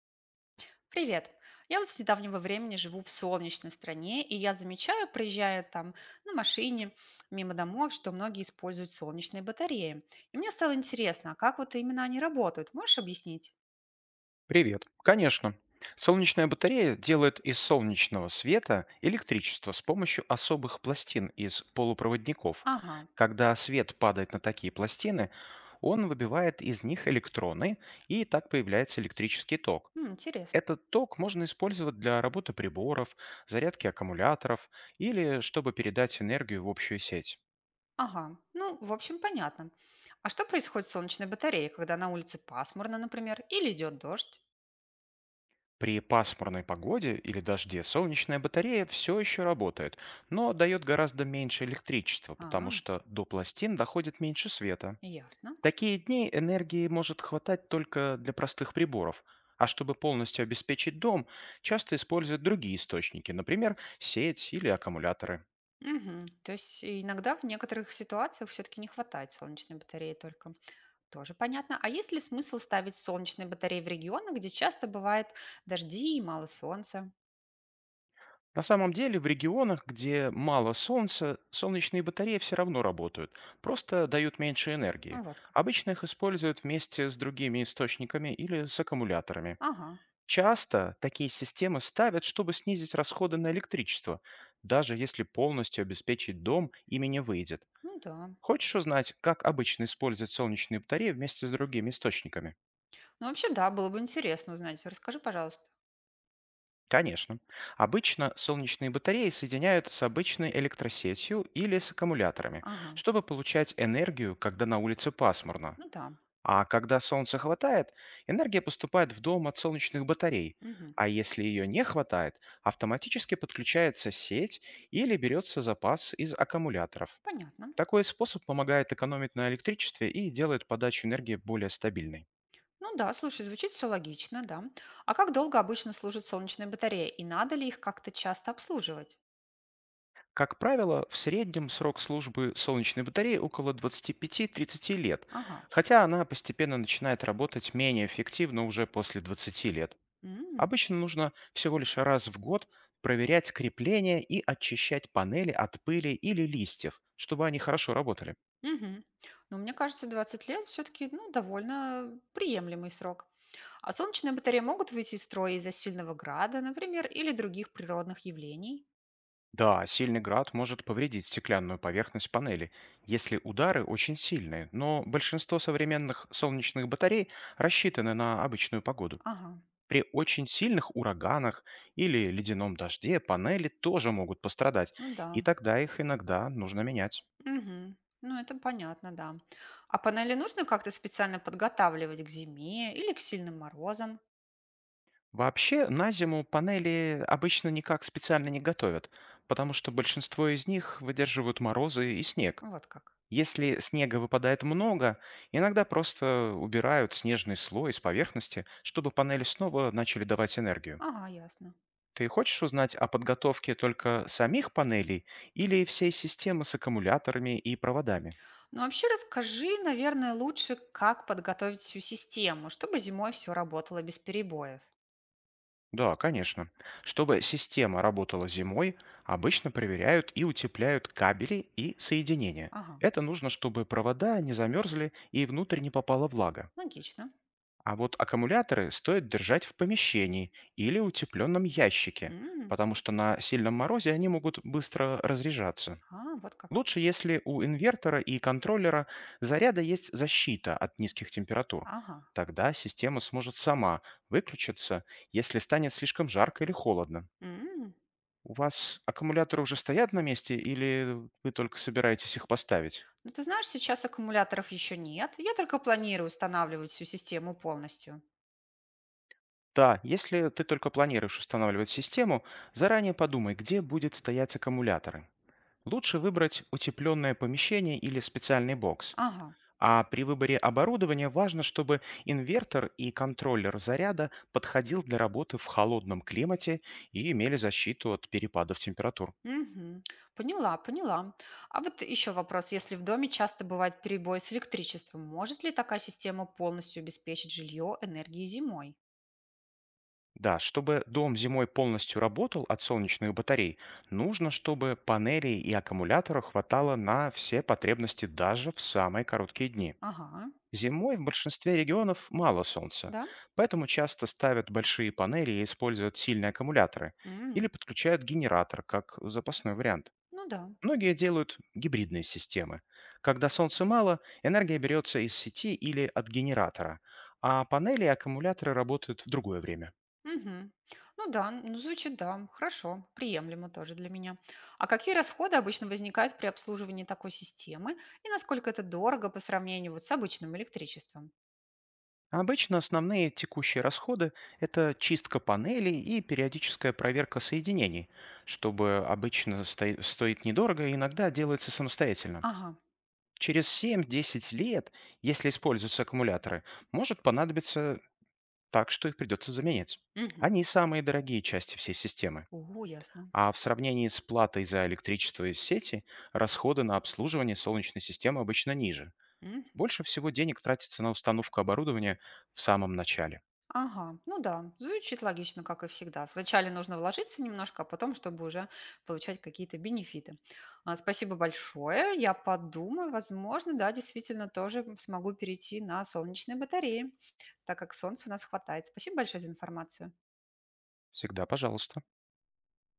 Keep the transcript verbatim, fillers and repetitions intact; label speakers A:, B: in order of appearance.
A: Привет! Я вот с недавнего времени живу в солнечной стране, и я замечаю, проезжая там на машине мимо домов, что многие используют солнечные батареи. И мне стало интересно, а как вот именно они работают? Можешь объяснить?
B: Привет. Конечно. Солнечная батарея делает из солнечного света электричество с помощью особых пластин из полупроводников.
A: Ага.
B: Когда свет падает на такие пластины, он выбивает из них электроны, и так появляется электрический ток.
A: М, интересно.
B: Этот ток можно использовать для работы приборов, зарядки аккумуляторов или чтобы передать энергию в общую сеть.
A: Ага, ну, в общем, понятно. А что происходит с солнечной батареей, когда на улице пасмурно, например, или идет дождь?
B: При пасмурной погоде или дожде солнечная батарея все еще работает, но дает гораздо меньше электричества, потому
A: А,
B: что до пластин доходит меньше света.
A: ясно.
B: В такие дни энергии может хватать только для простых приборов, а чтобы полностью обеспечить дом, часто используют другие источники, например, сеть или аккумуляторы.
A: Мгм. То есть иногда в некоторых ситуациях все-таки не хватает солнечной батареи только. Тоже понятно. А есть ли смысл ставить солнечные батареи в регионах, где часто бывает дожди и мало солнца?
B: На самом деле в регионах, где мало солнца, солнечные батареи все равно работают, просто дают меньше
A: Ну,
B: энергии.
A: вот как.
B: Обычно их используют вместе с другими источниками или с аккумуляторами.
A: Ага,
B: Часто такие системы ставят, чтобы снизить расходы на электричество, даже если полностью обеспечить дом ими не выйдет.
A: ну да.
B: Хочешь узнать, как обычно использовать солнечные батареи вместе с другими источниками?
A: Ну вообще да, было бы интересно узнать. Расскажи, пожалуйста.
B: Конечно. Обычно солнечные батареи соединяют с обычной электросетью или с аккумуляторами,
A: Ага,
B: чтобы получать энергию, когда на улице пасмурно.
A: ну да.
B: А когда солнца хватает, энергия поступает в дом от солнечных батарей,
A: Мгм.
B: а если ее не хватает, автоматически подключается сеть или берется запас из аккумуляторов.
A: Понятно.
B: Такой способ помогает экономить на электричестве и делает подачу энергии более стабильной.
A: Ну да, слушай, звучит все логично, да. А как долго обычно служат солнечные батареи? И надо ли их как-то часто обслуживать?
B: Как правило, в среднем срок службы солнечной батареи около 25-30 лет,
A: Ага.
B: хотя она постепенно начинает работать менее эффективно уже после двадцати лет.
A: М,
B: Обычно нужно всего лишь раз в год проверять крепления и очищать панели от пыли или листьев, чтобы они хорошо работали.
A: мгм. Ну, мне кажется, двадцать лет все-таки, ну, довольно приемлемый срок. А солнечные батареи могут выйти из строя из-за сильного града, например, или других природных явлений?
B: Да, сильный град может повредить стеклянную поверхность панели, если удары очень сильные, но большинство современных солнечных батарей рассчитаны на обычную погоду.
A: Ага,
B: При очень сильных ураганах или ледяном дожде панели тоже могут пострадать,
A: ну да.
B: и тогда их иногда нужно менять.
A: Мгм. Ну, это понятно, да. А панели нужно как-то специально подготавливать к зиме или к сильным морозам?
B: Вообще, на зиму панели обычно никак специально не готовят, потому что большинство из них выдерживают морозы и снег.
A: Вот как.
B: Если снега выпадает много, иногда просто убирают снежный слой с поверхности, чтобы панели снова начали давать энергию.
A: Ага, ясно.
B: Ты хочешь узнать о подготовке только самих панелей или всей системы с аккумуляторами и проводами?
A: Ну, вообще расскажи, наверное, лучше, как подготовить всю систему, чтобы зимой все работало без перебоев.
B: Да, конечно. Чтобы система работала зимой, обычно проверяют и утепляют кабели и соединения.
A: Ага,
B: Это нужно, чтобы провода не замерзли и внутрь не попала влага.
A: логично.
B: А вот аккумуляторы стоит держать в помещении или утепленном ящике,
A: М,
B: потому что на сильном морозе они могут быстро разряжаться.
A: А, вот как.
B: Лучше, если у инвертора и контроллера заряда есть защита от низких температур.
A: Ага.
B: Тогда система сможет сама выключиться, если станет слишком жарко или холодно.
A: М.
B: У вас аккумуляторы уже стоят на месте или вы только собираетесь их поставить?
A: Ну, ты знаешь, сейчас аккумуляторов еще нет. Я только планирую устанавливать всю систему полностью.
B: Да, если ты только планируешь устанавливать систему, заранее подумай, где будет стоять аккумуляторы. Лучше выбрать утепленное помещение или специальный бокс.
A: Ага.
B: А при выборе оборудования важно, чтобы инвертор и контроллер заряда подходил для работы в холодном климате и имели защиту от перепадов температур.
A: Мгм. Поняла, поняла. А вот еще вопрос. Если в доме часто бывает перебой с электричеством, может ли такая система полностью обеспечить жилье энергией зимой?
B: Да, чтобы дом зимой полностью работал от солнечных батарей, нужно, чтобы панелей и аккумулятора хватало на все потребности даже в самые короткие дни.
A: Ага.
B: Зимой в большинстве регионов мало солнца,
A: Да?
B: поэтому часто ставят большие панели и используют сильные аккумуляторы или
A: М,
B: подключают генератор как запасной вариант.
A: Ну да.
B: Многие делают гибридные системы. Когда солнца мало, энергия берется из сети или от генератора, а панели и аккумуляторы работают в другое время.
A: Мгм. Ну да, ну звучит да. Хорошо. Приемлемо тоже для меня. А какие расходы обычно возникают при обслуживании такой системы и насколько это дорого по сравнению вот с обычным электричеством?
B: Обычно основные текущие расходы — это чистка панелей и периодическая проверка соединений, чтобы обычно сто- стоит недорого и иногда делается самостоятельно.
A: Ага.
B: Через семь десять лет, если используются аккумуляторы, может понадобиться так, что их придется заменять.
A: Мгм.
B: Они самые дорогие части всей системы.
A: О, ясно.
B: А в сравнении с платой за электричество из сети, расходы на обслуживание солнечной системы обычно ниже.
A: Мгм.
B: Больше всего денег тратится на установку оборудования в самом начале.
A: Ага. Ну да, звучит логично, как и всегда. Вначале нужно вложиться немножко, а потом, чтобы уже получать какие-то бенефиты. А, спасибо большое. Я подумаю, возможно, да, действительно тоже смогу перейти на солнечные батареи, так как солнца у нас хватает. Спасибо большое за информацию.
B: Всегда, пожалуйста.